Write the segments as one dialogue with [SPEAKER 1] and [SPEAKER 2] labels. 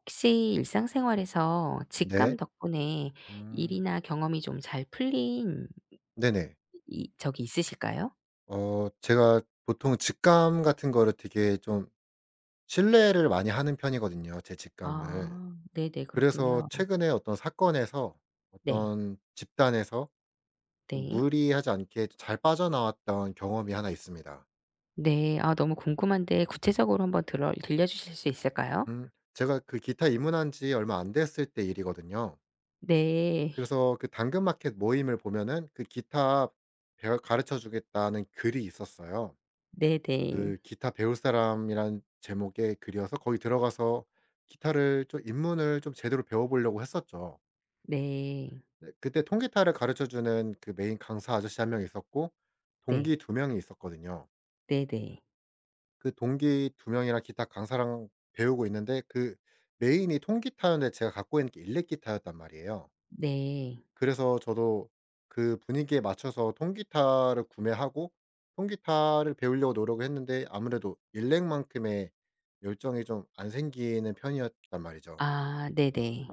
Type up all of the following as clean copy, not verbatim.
[SPEAKER 1] 혹시 일상생활에서
[SPEAKER 2] 네.
[SPEAKER 1] 직감 덕분에
[SPEAKER 2] 음.
[SPEAKER 1] 일이나 경험이 좀 잘 풀린
[SPEAKER 2] 네네.
[SPEAKER 1] 이 적이 있으실까요?
[SPEAKER 2] 제가 보통 직감 같은 거를 되게 좀 신뢰를 많이 하는 편이거든요, 제 직감을.
[SPEAKER 1] 아 네네.
[SPEAKER 2] 그래서
[SPEAKER 1] 그렇군요.
[SPEAKER 2] 최근에 어떤 사건에서
[SPEAKER 1] 네.
[SPEAKER 2] 어떤 집단에서 좀
[SPEAKER 1] 네.
[SPEAKER 2] 무리하지 않게 잘 빠져나왔던 경험이 하나 있습니다.
[SPEAKER 1] 네. 아 너무 궁금한데 구체적으로 한번 들어 들려주실 수 있을까요?
[SPEAKER 2] 제가 그 기타 입문한 지 얼마 안 됐을 때 일이거든요.
[SPEAKER 1] 네.
[SPEAKER 2] 그래서 그 당근마켓 모임을 보면은 그 기타 배워 가르쳐 주겠다는 글이 있었어요.
[SPEAKER 1] 네네.
[SPEAKER 2] 그 기타 배울 사람이란 제목의 글이어서 거기 들어가서 기타를 좀 입문을 좀 제대로 배워 보려고 했었죠.
[SPEAKER 1] 네.
[SPEAKER 2] 네, 그때 통기타를 가르쳐 주는 그 메인 강사 아저씨 한 명 있었고
[SPEAKER 1] 네.
[SPEAKER 2] 동기 두 명이 있었거든요.
[SPEAKER 1] 네네. 네.
[SPEAKER 2] 그 동기 두 명이랑 기타 강사랑 배우고 있는데 그 메인이 통기타였는데 제가 갖고 있는 게 일렉기타였단 말이에요.
[SPEAKER 1] 네, 네.
[SPEAKER 2] 그래서 저도 그 분위기에 맞춰서 통기타를 구매하고 통기타를 배우려고 노력을 했는데, 아무래도 일렉만큼의 열정이 좀 안 생기는 편이었단 말이죠.
[SPEAKER 1] 아 네네.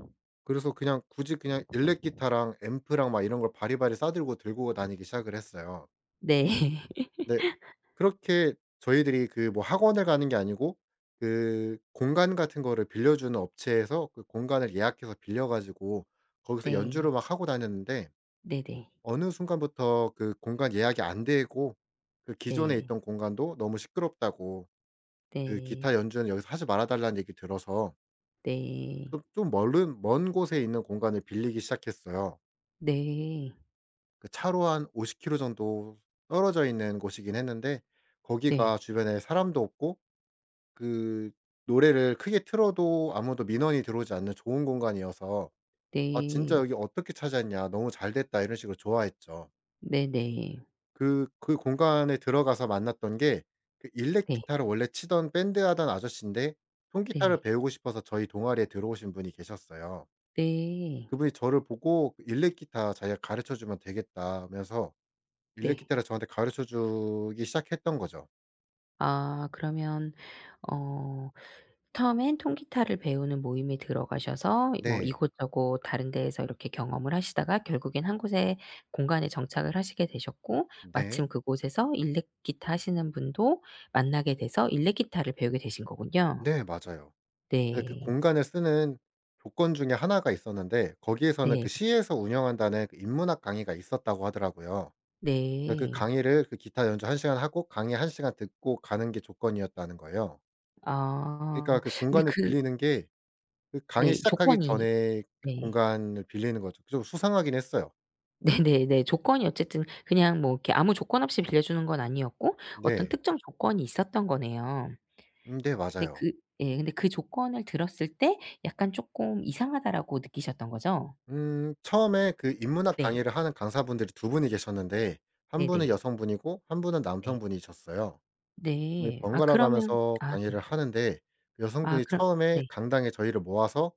[SPEAKER 2] 그래서 그냥 굳이 그냥 일렉 기타랑 앰프랑 막 이런 걸 바리바리 싸들고 들고 다니기 시작을 했어요.
[SPEAKER 1] 네.
[SPEAKER 2] 근데 그렇게 저희들이 그 뭐 학원을 가는 게 아니고 그 공간 같은 거를 빌려주는 업체에서 그 공간을 예약해서 빌려 가지고 거기서
[SPEAKER 1] 네.
[SPEAKER 2] 연주를 막 하고 다녔는데,
[SPEAKER 1] 네네.
[SPEAKER 2] 어느 순간부터 그 공간 예약이 안 되고 그 기존에
[SPEAKER 1] 네.
[SPEAKER 2] 있던 공간도 너무 시끄럽다고 그
[SPEAKER 1] 네.
[SPEAKER 2] 기타 연주는 여기서 하지 말아 달라는 얘기 들어서
[SPEAKER 1] 네.
[SPEAKER 2] 좀 멀은 먼 곳에 있는 공간을 빌리기 시작했어요.
[SPEAKER 1] 네. 네.
[SPEAKER 2] 그 차로 한 50 킬로 정도 떨어져 있는 곳이긴 했는데,
[SPEAKER 1] 네.
[SPEAKER 2] 거기가 주변에 사람도 없고 그 노래를 크게 틀어도 아무도 민원이 들어오지 않는 좋은 공간이어서 "아 진짜
[SPEAKER 1] 네.
[SPEAKER 2] 여기 어떻게 찾았냐. 너무 잘 됐다." 이런 식으로 좋아했죠.
[SPEAKER 1] 네네.
[SPEAKER 2] 그 공간에 들어가서 만났던 게 그 일렉
[SPEAKER 1] 네.
[SPEAKER 2] 기타를 원래 치던 밴드 하던 아저씨인데,
[SPEAKER 1] 네.
[SPEAKER 2] 통기타를 배우고 싶어서 저희 동아리에 들어오신 분이 계셨어요.
[SPEAKER 1] 네.
[SPEAKER 2] 그분이 저를 보고 그 "일렉 기타 자기가 가르쳐 주면 되겠다." 하면서 일렉
[SPEAKER 1] 네.
[SPEAKER 2] 기타를 저한테 가르쳐 주기 시작했던 거죠.
[SPEAKER 1] 아 그러면 어 처음엔 통기타를 배우는 모임에 들어가셔서 뭐
[SPEAKER 2] 네.
[SPEAKER 1] 이곳저곳 다른 데에서 이렇게 경험을 하시다가 결국엔 한 곳의 공간에 정착을 하시게 되셨고
[SPEAKER 2] 네.
[SPEAKER 1] 마침 그곳에서 일렉 기타 하시는 분도 만나게 돼서 일렉 기타를 배우게 되신 거군요.
[SPEAKER 2] 네, 맞아요. 근데 그
[SPEAKER 1] 네.
[SPEAKER 2] 공간을 쓰는 조건 중에 하나가 있었는데, 거기에서는 그
[SPEAKER 1] 네.
[SPEAKER 2] 시에서 운영한다는 그 인문학 강의가 있었다고 하더라고요. 네, 그
[SPEAKER 1] 네.
[SPEAKER 2] 강의를 그 기타 연주 1 시간 하고 강의 1 시간 듣고 가는 게 조건이었다는 거예요. 그러니까
[SPEAKER 1] 아
[SPEAKER 2] 그
[SPEAKER 1] 근데
[SPEAKER 2] 공간을
[SPEAKER 1] 그
[SPEAKER 2] 빌리는 게 그 강의
[SPEAKER 1] 네
[SPEAKER 2] 시작하기
[SPEAKER 1] 조건이
[SPEAKER 2] 전에 그
[SPEAKER 1] 네.
[SPEAKER 2] 공간을 빌리는 거죠. 좀 수상하긴 했어요.
[SPEAKER 1] 네네네. 조건이 어쨌든 그냥 뭐 이렇게 아무 조건 없이 빌려주는 건 아니었고 어떤
[SPEAKER 2] 네.
[SPEAKER 1] 특정 조건이 있었던 거네요.
[SPEAKER 2] 음, 네,
[SPEAKER 1] 근데
[SPEAKER 2] 맞아요.
[SPEAKER 1] 그 예 근데 그 조건을 들었을 때 약간 쪼끔 이상하다라고 느끼셨던 거죠?
[SPEAKER 2] 처음에 그 인문학
[SPEAKER 1] 네.
[SPEAKER 2] 강의를 하는 강사분들이 두 분이 계셨는데, 한 분은
[SPEAKER 1] 네네.
[SPEAKER 2] 여성분이고 한 분은
[SPEAKER 1] 네.
[SPEAKER 2] 남성분이셨어요. 이
[SPEAKER 1] 네. 아
[SPEAKER 2] 번갈아
[SPEAKER 1] 그러면
[SPEAKER 2] 가면서
[SPEAKER 1] 아 네.
[SPEAKER 2] 강의를 하는데,
[SPEAKER 1] 아
[SPEAKER 2] 여성분이
[SPEAKER 1] 그럼
[SPEAKER 2] 처음에
[SPEAKER 1] 네.
[SPEAKER 2] 강당에 저희를 모아서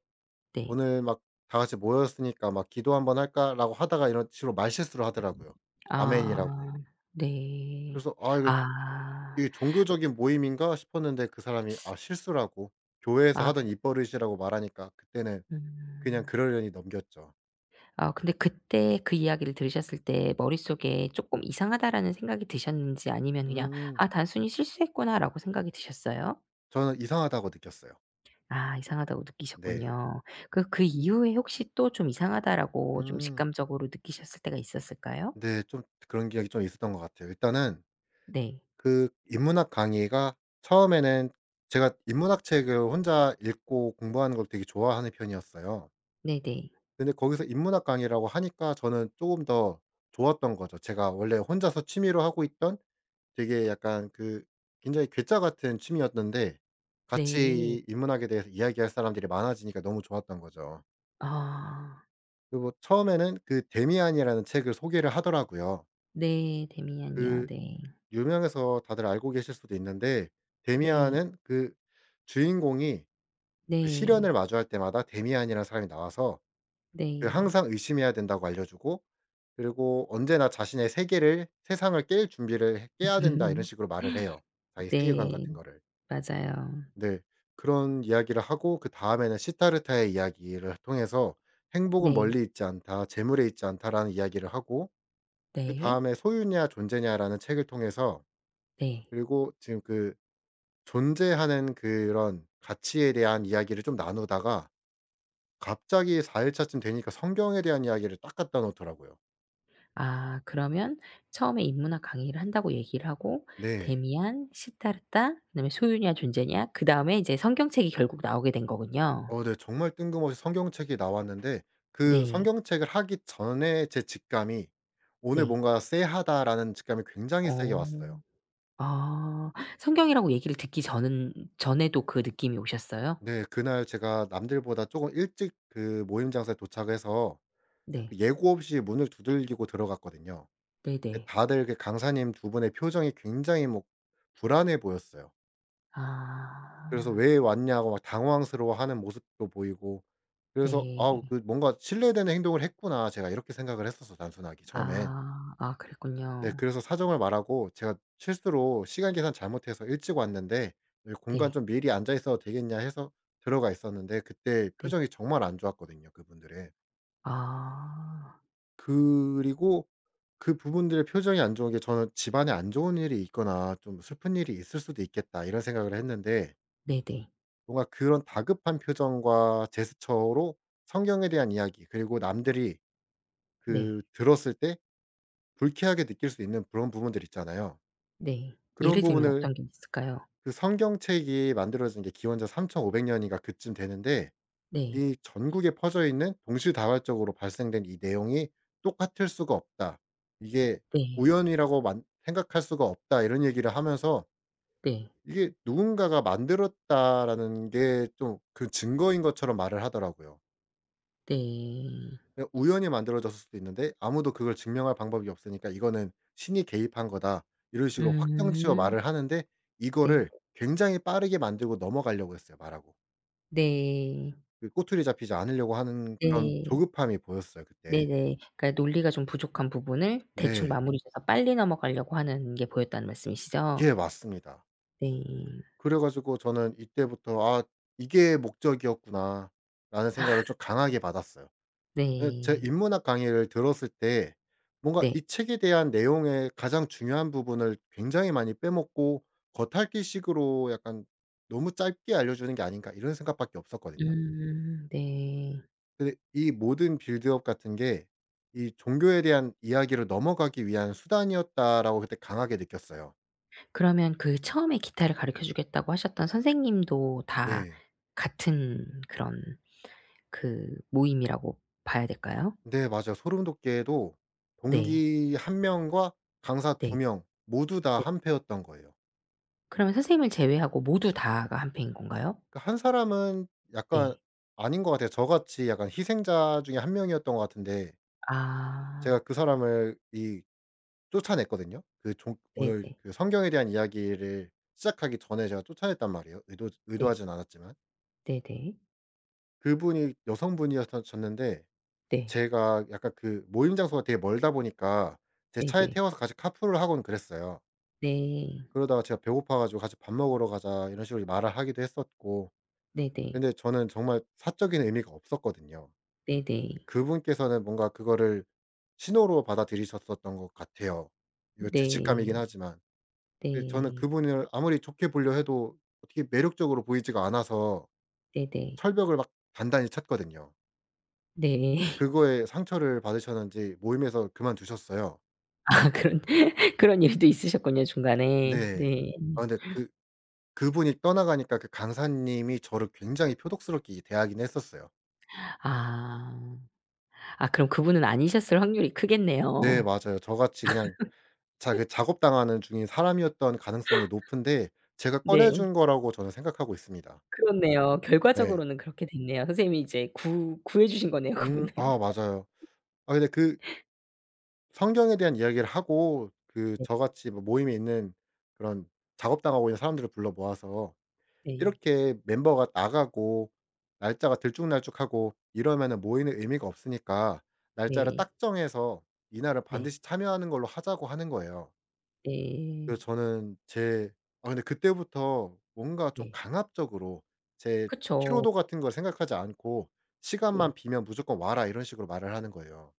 [SPEAKER 1] 네.
[SPEAKER 2] 오늘 막 다 같이 모였으니까 막 "기도 한번 할까?"라고 하다가 이런 식으로 말실수를 하더라고요. 아멘이라고.
[SPEAKER 1] 아 네.
[SPEAKER 2] 그래서 '아, 이거
[SPEAKER 1] 아.
[SPEAKER 2] 이게
[SPEAKER 1] 그
[SPEAKER 2] 종교적인 모임인가?' 싶었는데, 그 사람이 아 실수라고 교회에서
[SPEAKER 1] 아
[SPEAKER 2] 하던 입버릇이라고 말하니까 그때는 그냥
[SPEAKER 1] 음.
[SPEAKER 2] 그러려니 넘겼죠.
[SPEAKER 1] 어 근데 그때 그 이야기를 들으셨을 때 머릿속에 조금 이상하다.'라는 생각이 드셨는지 아니면 그냥
[SPEAKER 2] 음.
[SPEAKER 1] '아 단순히 실수했구나.'라고 생각이 드셨어요?
[SPEAKER 2] 저는 이상하다고 느꼈어요.
[SPEAKER 1] 아 이상하다고
[SPEAKER 2] 네.
[SPEAKER 1] 느끼셨군요. 그 그 이후에 혹시 또 좀 이상하다라고 좀
[SPEAKER 2] 음.
[SPEAKER 1] 직감적으로 느끼셨을 때가 있었을까요?
[SPEAKER 2] 네. 좀 그런 기억이 좀 있었던 것 같아요. 일단은
[SPEAKER 1] 네.
[SPEAKER 2] 그 인문학 강의가 처음에는, 제가 인문학 책을 혼자 읽고 공부하는 걸 되게 좋아하는 편이었어요.
[SPEAKER 1] 네네.
[SPEAKER 2] 근데 거기서 인문학 강의라고 하니까 저는 조금 더 좋았던 거죠. 제가 원래 혼자서 취미로 하고 있던 되게 약간 그 굉장히 괴짜 같은 취미였는데
[SPEAKER 1] 네.
[SPEAKER 2] 같이 인문학에 대해서 이야기할 사람들이 많아지니까 너무 좋았던 거죠.
[SPEAKER 1] 아.
[SPEAKER 2] 그리고 뭐 처음에는 그 데미안이라는 책을 소개를 하더라고요.
[SPEAKER 1] 네. 데미안이요.
[SPEAKER 2] 그
[SPEAKER 1] 네.
[SPEAKER 2] 유명해서 다들 알고 계실 수도 있는데,
[SPEAKER 1] 네.
[SPEAKER 2] 데미안은 그 주인공이 그
[SPEAKER 1] 네.
[SPEAKER 2] 시련을 마주할 때마다 데미안이라는 사람이 나와서 그
[SPEAKER 1] 네.
[SPEAKER 2] 항상 의심해야 된다고 알려 주고, 그리고 언제나 자신의 세계를 세상을 깰 준비를 해 깨야 된다 이런 식으로 말을 해요. 자기 세계관
[SPEAKER 1] 네.
[SPEAKER 2] 같은 거를.
[SPEAKER 1] 맞아요.
[SPEAKER 2] 네. 그런 이야기를 하고, 그다음에는 시타르타의 이야기를 통해서 "행복은
[SPEAKER 1] 네.
[SPEAKER 2] 멀리 있지 않다. 재물에 있지 않다."라는 이야기를 하고,
[SPEAKER 1] 네.
[SPEAKER 2] 그다음에 "소유냐 존재냐."라는 책을 통해서
[SPEAKER 1] 네.
[SPEAKER 2] 그리고 지금 그 존재하는 그런 가치에 대한 이야기를 좀 나누다가 갑자기 4 일차쯤 되니까 성경에 대한 이야기를 딱 갖다 놓더라고요.
[SPEAKER 1] 아 그러면 처음에 인문학 강의를 한다고 얘기를 하고
[SPEAKER 2] 네.
[SPEAKER 1] 데미안, 시타르타, 그다음에 소유냐 존재냐 그다음에 이제 성경책이 결국 나오게 된 거군요.
[SPEAKER 2] 어, 네. 정말 뜬금없이 성경책이 나왔는데, 그
[SPEAKER 1] 네.
[SPEAKER 2] 성경책을 하기 전에 제 직감이 '오늘
[SPEAKER 1] 네.
[SPEAKER 2] 뭔가 쎄하다.'라는 직감이 굉장히 세게
[SPEAKER 1] 어.
[SPEAKER 2] 왔어요.
[SPEAKER 1] 아. 성경이라고 얘기를 듣기 전은 전에도 그 느낌이 오셨어요?
[SPEAKER 2] 네. 그날 제가 남들보다 쪼금 일찍 그 모임 장소에 도착해서
[SPEAKER 1] 네.
[SPEAKER 2] 그 예고 없이 문을 두들기고 들어갔거든요. 예,
[SPEAKER 1] 네네.
[SPEAKER 2] 다들 그 강사님 두 분의 표정이 굉장히 뭐 불안해 보였어요. 그래서
[SPEAKER 1] 아.
[SPEAKER 2] 왜 왔냐고 막 당황스러워하는 모습도 보이고, 그래서 '아우
[SPEAKER 1] 네.
[SPEAKER 2] 그 뭔가 실례되는 행동을 했구나.' 제가 이렇게 생각을 했었어요, 단순하게 처음엔.
[SPEAKER 1] 아. 아
[SPEAKER 2] 네,
[SPEAKER 1] 그랬군요.
[SPEAKER 2] 그래서 사정을 말하고 제가 실수로 시간 계산 잘못해서 일찍 왔는데 여기 공간
[SPEAKER 1] 네.
[SPEAKER 2] 좀 미리 앉아 있어도 되겠냐 해서 들어가 있었는데, 그때
[SPEAKER 1] 네.
[SPEAKER 2] 표정이 정말 안 좋았거든요 그분들의.
[SPEAKER 1] 아.
[SPEAKER 2] 그리고 그 부분들의 표정이 안 좋은 게 저는 '집안에 안 좋은 일이 있거나 좀 슬픈 일이 있을 수도 있겠다.' 이런 생각을 했는데,
[SPEAKER 1] 네네.
[SPEAKER 2] 뭔가 그런 다급한 표정과 제스처로 성경에 대한 이야기 그리고 남들이
[SPEAKER 1] 네.
[SPEAKER 2] 그 들었을 때 불쾌하게 느낄 수 있는 그런 부분들 있잖아요.
[SPEAKER 1] 네.
[SPEAKER 2] 그런
[SPEAKER 1] 예를 들면
[SPEAKER 2] 부분을,
[SPEAKER 1] 어떤 게 있을까요?
[SPEAKER 2] 그 성경책이 만들어진 게 기원전 3,500 년인가 그쯤 되는데
[SPEAKER 1] 네.
[SPEAKER 2] 이 전국에 퍼져 있는 동시다발적으로 발생된 이 내용이 똑같을 수가 없다. 이게
[SPEAKER 1] 네.
[SPEAKER 2] 우연이라고 만 생각할 수가 없다. 이런 얘기를 하면서
[SPEAKER 1] 네.
[SPEAKER 2] 이게 누군가가 만들었다라는 게 좀 그 증거인 것처럼 말을 하더라고요.
[SPEAKER 1] 네.
[SPEAKER 2] 그냥 우연히 만들어졌을 수도 있는데 아무도 그걸 증명할 방법이 없으니까 이거는 신이 개입한 거다, 이런 식으로 확정지어
[SPEAKER 1] 음.
[SPEAKER 2] 말을 하는데,
[SPEAKER 1] 네.
[SPEAKER 2] 이거를 굉장히 빠르게 만들고 넘어가려고 했어요, 말하고.
[SPEAKER 1] 네.
[SPEAKER 2] 그 꼬투리 잡히지 않으려고 하는 그런
[SPEAKER 1] 네.
[SPEAKER 2] 조급함이 보였어요 그때.
[SPEAKER 1] 네네. 그러니까 논리가 좀 부족한 부분을 대충
[SPEAKER 2] 네.
[SPEAKER 1] 마무리 줘서 빨리 넘어가려고 하는 게 보였다는 말씀이시죠?
[SPEAKER 2] 예, 맞습니다.
[SPEAKER 1] 네.
[SPEAKER 2] 그래 가지고 저는 이때부터 '아, 이게 목적이었구나.'라는 생각을 좀 강하게 받았어요. 예, 제
[SPEAKER 1] 네.
[SPEAKER 2] 인문학 강의를 들었을 때 뭔가
[SPEAKER 1] 네.
[SPEAKER 2] 이 책에 대한 내용의 가장 중요한 부분을 굉장히 많이 빼먹고 '겉핥기식으로 약간 너무 짧게 알려주는 게 아닌가.' 이런 생각밖에 없었거든요.
[SPEAKER 1] 네.
[SPEAKER 2] 근데 이 모든 빌드업 같은 게 이 종교에 대한 이야기로 넘어가기 위한 수단이었다라고 그때 강하게 느꼈어요.
[SPEAKER 1] 그러면 그 처음에 기타를 가르쳐 주겠다고 하셨던 선생님도 다
[SPEAKER 2] 네.
[SPEAKER 1] 같은 그런 그 모임이라고 봐야 될까요?
[SPEAKER 2] 네, 맞아요. 소름 돋게도
[SPEAKER 1] 네.
[SPEAKER 2] 동기 한 명과 강사 두
[SPEAKER 1] 네.
[SPEAKER 2] 명 모두 다
[SPEAKER 1] 네.
[SPEAKER 2] 한패였던 거예요.
[SPEAKER 1] 그러면 선생님을 제외하고 모두 다가 한패인 건가요?
[SPEAKER 2] 그 한 사람은 약간
[SPEAKER 1] 네.
[SPEAKER 2] 아닌 것 같아요. 저같이 약간 희생자 중에 한 명이었던 것 같은데,
[SPEAKER 1] 아.
[SPEAKER 2] 제가 그 사람을 이 쫓아냈거든요. 그 종 오늘
[SPEAKER 1] 네네.
[SPEAKER 2] 그 성경에 대한 이야기를 시작하기 전에 제가 쫓아냈단 말이에요.
[SPEAKER 1] 네.
[SPEAKER 2] 의도하진 않았지만.
[SPEAKER 1] 네네.
[SPEAKER 2] 그분이 여성분이셨는데,
[SPEAKER 1] 네.
[SPEAKER 2] 제가 약간 그 모임 장소가 되게 멀다 보니까 제 차에
[SPEAKER 1] 네네.
[SPEAKER 2] 태워서 같이 카풀을 하곤 그랬어요.
[SPEAKER 1] 네.
[SPEAKER 2] 그러다가 제가 배고파 가지고 "같이 밥 먹으러 가자." 이런 식으로 말을 하기도 했었고,
[SPEAKER 1] 네네.
[SPEAKER 2] 근데 저는 정말 사적인 의미가 없었거든요.
[SPEAKER 1] 네네.
[SPEAKER 2] 그분께서는 뭔가 그거를 신호로 받아들이셨었던 것 같아요. 이거 제 직감이긴
[SPEAKER 1] 네.
[SPEAKER 2] 하지만. 근데 저는
[SPEAKER 1] 네.
[SPEAKER 2] 그분을 아무리 좋게 보려 해도 어떻게 매력적으로 보이지가 않아서
[SPEAKER 1] 네네.
[SPEAKER 2] 철벽을 막 단단히 쳤거든요.
[SPEAKER 1] 네.
[SPEAKER 2] 그거에 상처를 받으셨는지 모임에서 그만두셨어요.
[SPEAKER 1] 아 그런 그런 일도 있으셨군요 중간에.
[SPEAKER 2] 네.
[SPEAKER 1] 네.
[SPEAKER 2] 아 근데 그분이 떠나가니까 그 강사님이 저를 굉장히 표독스럽게 대하긴 했었어요.
[SPEAKER 1] 아. 아 그럼 그분은 아니셨을 확률이
[SPEAKER 2] 네,
[SPEAKER 1] 크겠네요.
[SPEAKER 2] 맞아요. 저같이 그냥 자 그 작업당하는 중인 사람이었던 가능성이 높은데 제가 꺼내
[SPEAKER 1] 네.
[SPEAKER 2] 준 거라고 저는 생각하고 있습니다.
[SPEAKER 1] 그렇네요.
[SPEAKER 2] 네.
[SPEAKER 1] 결과적으로는 그렇게 됐네요. 선생님이 이제 구 구해 주신 거네요 그분을.
[SPEAKER 2] 음, 아, 맞아요. 아 근데 그 성경에 대한 이야기를 하고, 그
[SPEAKER 1] 네.
[SPEAKER 2] 저같이 뭐 모임에 있는 그런 작업당하고 있는 사람들을 불러 모아서
[SPEAKER 1] 네.
[SPEAKER 2] 이렇게 멤버가 나가고 날짜가 들쭉날쭉하고 이러면은 모이는 의미가 없으니까 날짜를
[SPEAKER 1] 네.
[SPEAKER 2] 딱 정해서 이날은
[SPEAKER 1] 네.
[SPEAKER 2] 반드시 참여하는 걸로 하자고 하는 거예요.
[SPEAKER 1] 네.
[SPEAKER 2] 그래서 저는 제 아 근데 그때부터 뭔가 좀
[SPEAKER 1] 네.
[SPEAKER 2] 강압적으로 제
[SPEAKER 1] 그쵸.
[SPEAKER 2] 피로도 같은 걸 생각하지 않고
[SPEAKER 1] 네.
[SPEAKER 2] "시간만 비면 무조건 와라." 이런 식으로 말을 하는 거예요.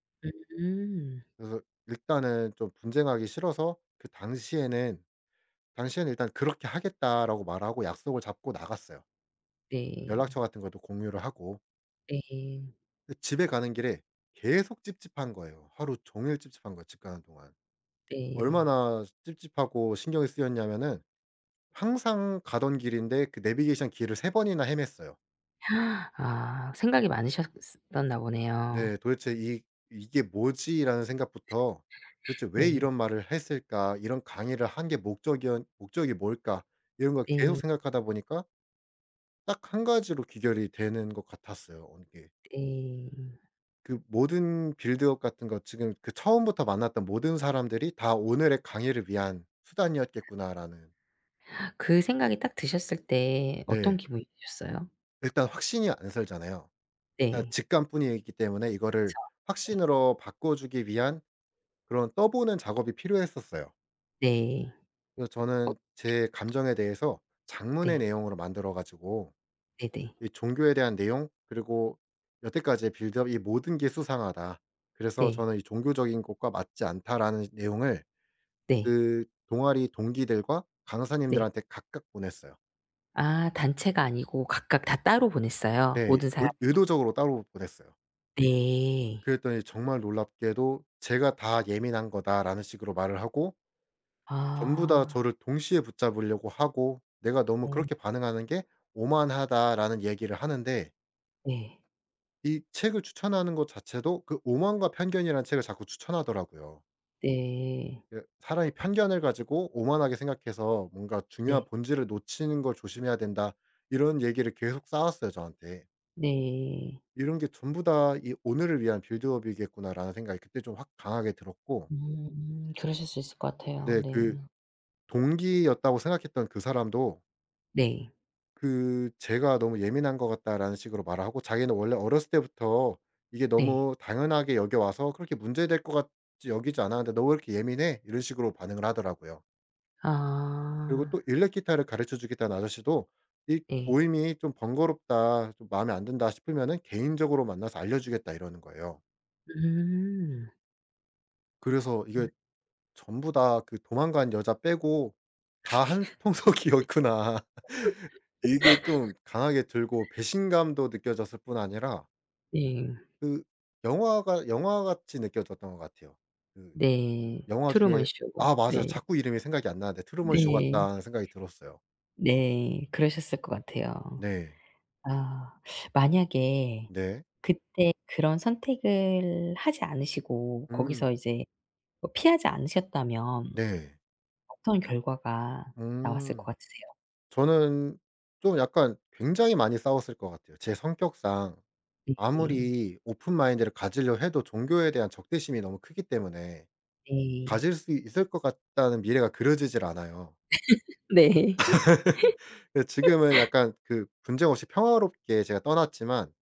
[SPEAKER 1] 음.
[SPEAKER 2] 그래서 일단은 좀 분쟁하기 싫어서 그 당시에는 일단 "그렇게 하겠다."라고 말하고 약속을 잡고 나갔어요.
[SPEAKER 1] 네.
[SPEAKER 2] 연락처 같은 것도 공유를 하고.
[SPEAKER 1] 네.
[SPEAKER 2] 근데 집에 가는 길에 계속 찝찝한 거예요. 하루 종일 찝찝한 거예요 집 가는 동안.
[SPEAKER 1] 네.
[SPEAKER 2] 얼마나 찝찝하고 신경이 쓰였냐면은 항상 가던 길인데 그 내비게이션 길을 3 번이나 헤맸어요.
[SPEAKER 1] 아 생각이 많으셨었나 보네요.
[SPEAKER 2] 네, 도대체 '이 이게 뭐지?'라는 생각부터 '도대체 왜
[SPEAKER 1] 네.
[SPEAKER 2] 이런 말을 했을까? 이런 강의를 한 게 목적이 뭘까?' 이런 걸 계속
[SPEAKER 1] 네.
[SPEAKER 2] 생각하다 보니까 딱 한 가지로 귀결이 되는 것 같았어요. 이게
[SPEAKER 1] 네.
[SPEAKER 2] 그 모든 빌드업 같은 거 지금 그 처음부터 만났던 모든 사람들이 '다 오늘의 강의를 위한 수단이었겠구나.'라는.
[SPEAKER 1] 그 생각이 딱 드셨을 때 어떤
[SPEAKER 2] 네.
[SPEAKER 1] 기분이 드셨어요?
[SPEAKER 2] 일단 확신이 안 설잖아요. 일단
[SPEAKER 1] 네.
[SPEAKER 2] 직감뿐이기 때문에 이거를
[SPEAKER 1] 그쵸.
[SPEAKER 2] 확신으로 바꿔주기 위한 그런 떠보는 작업이 필요했었어요.
[SPEAKER 1] 네. 네.
[SPEAKER 2] 그래서
[SPEAKER 1] 어
[SPEAKER 2] 저는 제 감정에 대해서 장문의
[SPEAKER 1] 네.
[SPEAKER 2] 내용으로 만들어 가지고
[SPEAKER 1] 네네.
[SPEAKER 2] 이 종교에 대한 내용 그리고 여태까지의 빌드업, '이 모든 게 수상하다.
[SPEAKER 1] 네.
[SPEAKER 2] 그래서
[SPEAKER 1] 네.
[SPEAKER 2] 저는 이 종교적인 것과 맞지 않다.'라는 내용을
[SPEAKER 1] 네.
[SPEAKER 2] 그 동아리 동기들과
[SPEAKER 1] 네.
[SPEAKER 2] 강사님들한테 각각 보냈어요.
[SPEAKER 1] 아 단체가 아니고 각각 다 따로 보냈어요,
[SPEAKER 2] 네.
[SPEAKER 1] 모든 사람?
[SPEAKER 2] 의 의도적으로 따로 보냈어요.
[SPEAKER 1] 네.
[SPEAKER 2] 그랬더니 정말 놀랍게도 "제가 다 예민한 거다."라는 식으로 말을 하고, 전부 다
[SPEAKER 1] 아.
[SPEAKER 2] 저를 동시에 붙잡으려고 하고 "내가 너무
[SPEAKER 1] 어
[SPEAKER 2] 그렇게 반응하는 게 오만하다."라는 얘기를 하는데
[SPEAKER 1] 네.
[SPEAKER 2] 이 책을 추천하는 것 자체도 그 오만과 편견이라는 책을 자꾸 추천하더라고요.
[SPEAKER 1] 네.
[SPEAKER 2] 그 사람이 편견을 가지고 오만하게 생각해서 뭔가 중요한
[SPEAKER 1] 네.
[SPEAKER 2] 본질을 놓치는 걸 조심해야 된다. 이런 얘기를 계속 쌓았어요, 저한테.
[SPEAKER 1] 네.
[SPEAKER 2] 이런 게 전부 다 이 '오늘을 위한 빌드업이겠구나.'라는 생각이 그때 좀 확 강하게 들었고,
[SPEAKER 1] 그러실 수 있을 것 같아요.
[SPEAKER 2] 네,
[SPEAKER 1] 네.
[SPEAKER 2] 그 동기였다고 생각했던 그 사람도
[SPEAKER 1] 네.
[SPEAKER 2] 그 "제가 너무 예민한 것 같다."라는 식으로 말을 하고, 자기는 원래 어렸을 때부터 이게
[SPEAKER 1] 네.
[SPEAKER 2] 너무 당연하게 여겨 와서 그렇게 문제될 것 같이 여기지 않았는데 "너 왜 이렇게 예민해?" 이런 식으로 반응을 하더라고요.
[SPEAKER 1] 아
[SPEAKER 2] 그리고 또 일렉 기타를 가르쳐 주겠다는 아저씨도 이
[SPEAKER 1] 네.
[SPEAKER 2] 모임이 좀 번거롭다 좀 마음에 안 든다 싶으면은 "개인적으로 만나서 알려주겠다." 이러는 거예요.
[SPEAKER 1] 음.
[SPEAKER 2] 그래서 이게
[SPEAKER 1] 음
[SPEAKER 2] 전부 다 그 도망간 여자 빼고 다 한 통속이었구나. 이게 좀 강하게 들고 배신감도 느껴졌을 뿐 아니라
[SPEAKER 1] 네.
[SPEAKER 2] 그 영화가 영화 같이 느껴졌던 것 같아요. 그
[SPEAKER 1] 네.
[SPEAKER 2] 영화
[SPEAKER 1] 트루먼
[SPEAKER 2] 중에,
[SPEAKER 1] 쇼.
[SPEAKER 2] 아 맞아,
[SPEAKER 1] 네.
[SPEAKER 2] 자꾸 이름이 생각이 안 나는데 '트루먼 쇼
[SPEAKER 1] 네.
[SPEAKER 2] 같다.' 하는 생각이 들었어요.
[SPEAKER 1] 네. 그러셨을 것 같아요.
[SPEAKER 2] 네.
[SPEAKER 1] 아 만약에
[SPEAKER 2] 네.
[SPEAKER 1] 그때 그런 선택을 하지 않으시고
[SPEAKER 2] 음.
[SPEAKER 1] 거기서 이제 뭐 피하지 않으셨다면
[SPEAKER 2] 네.
[SPEAKER 1] 어떤 결과가 나왔을 것
[SPEAKER 2] 음.
[SPEAKER 1] 같으세요?
[SPEAKER 2] 저는 좀 약간 굉장히 많이 싸웠을 것 같아요. 제 성격상
[SPEAKER 1] 이
[SPEAKER 2] 아무리 오픈 마인드를 가지려 해도 종교에 대한 적대심이 너무 크기 때문에
[SPEAKER 1] 네.
[SPEAKER 2] 가질 수 있을 것 같다는 미래가 그려지질 않아요.
[SPEAKER 1] 네.
[SPEAKER 2] 근데 지금은 약간 그 분쟁 없이 평화롭게 제가 떠났지만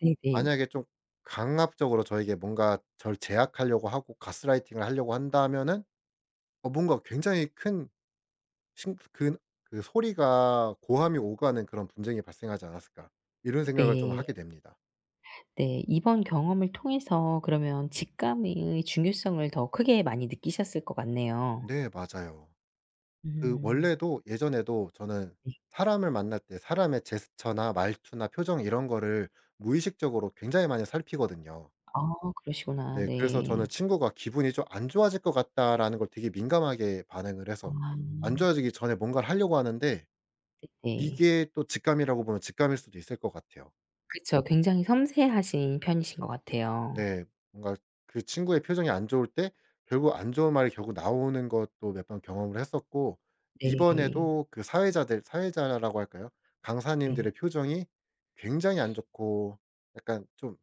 [SPEAKER 1] 네네.
[SPEAKER 2] 만약에 좀 강압적으로 저에게 뭔가 절 제약하려고 하고 가스라이팅을 하려고 한다면은 뭔가 굉장히 큰 신 그 그 '소리가 고함이 오가는 그런 분쟁이 발생하지 않았을까.' 이런 생각을 좀
[SPEAKER 1] 네.
[SPEAKER 2] 하게 됩니다.
[SPEAKER 1] 네. 이번 경험을 통해서 그러면 직감의 중요성을 더 크게 많이 느끼셨을 것 같네요.
[SPEAKER 2] 네, 맞아요. 그
[SPEAKER 1] 음.
[SPEAKER 2] 원래도 예전에도 저는
[SPEAKER 1] 네.
[SPEAKER 2] 사람을 만날 때 사람의 제스처나 말투나 표정 이런 거를 무의식적으로 굉장히 많이 살피거든요.
[SPEAKER 1] 아 그러시구나.
[SPEAKER 2] 네, 그래서 저는
[SPEAKER 1] 네.
[SPEAKER 2] 친구가 '기분이 좀 안 좋아질 것 같다.'라는 걸 되게 민감하게 반응을 해서 안
[SPEAKER 1] 아.
[SPEAKER 2] 좋아지기 전에 뭔가를 하려고 하는데
[SPEAKER 1] 네.
[SPEAKER 2] 이게 또 직감이라고 보면 직감일 수도 있을 것 같아요.
[SPEAKER 1] 그쵸. 굉장히 섬세하신 편이신 것 같아요.
[SPEAKER 2] 네. 뭔가 그 친구의 표정이 안 좋을 때 결국 안 좋은 말이 결국 나오는 것도 몇 번 경험을 했었고,
[SPEAKER 1] 네.
[SPEAKER 2] 이번에도 그 사회자들 사회자라고 할까요?
[SPEAKER 1] 네.
[SPEAKER 2] 강사님들의 표정이 굉장히 안 좋고 약간 좀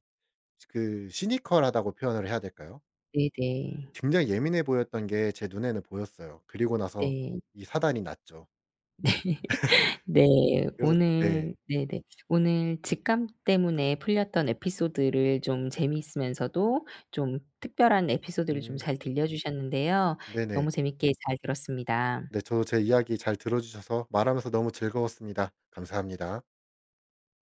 [SPEAKER 2] 그 시니컬하다고 표현을 해야 될까요?
[SPEAKER 1] 네네.
[SPEAKER 2] 굉장히 예민해 보였던 게 제 눈에는 보였어요. 그리고 나서
[SPEAKER 1] 네.
[SPEAKER 2] 이 사단이 났죠.
[SPEAKER 1] 네.
[SPEAKER 2] 그래서 네.
[SPEAKER 1] 오늘 네네. 오늘 직감 때문에 풀렸던 에피소드를 좀 재미있으면서도 좀 특별한 에피소드를 좀
[SPEAKER 2] 음.
[SPEAKER 1] 잘 들려 주셨는데요.
[SPEAKER 2] 네네.
[SPEAKER 1] 너무 재밌게 잘
[SPEAKER 2] 네.
[SPEAKER 1] 들었습니다.
[SPEAKER 2] 저도 제 이야기 잘 들어 주셔서 말하면서 너무 즐거웠습니다. 감사합니다.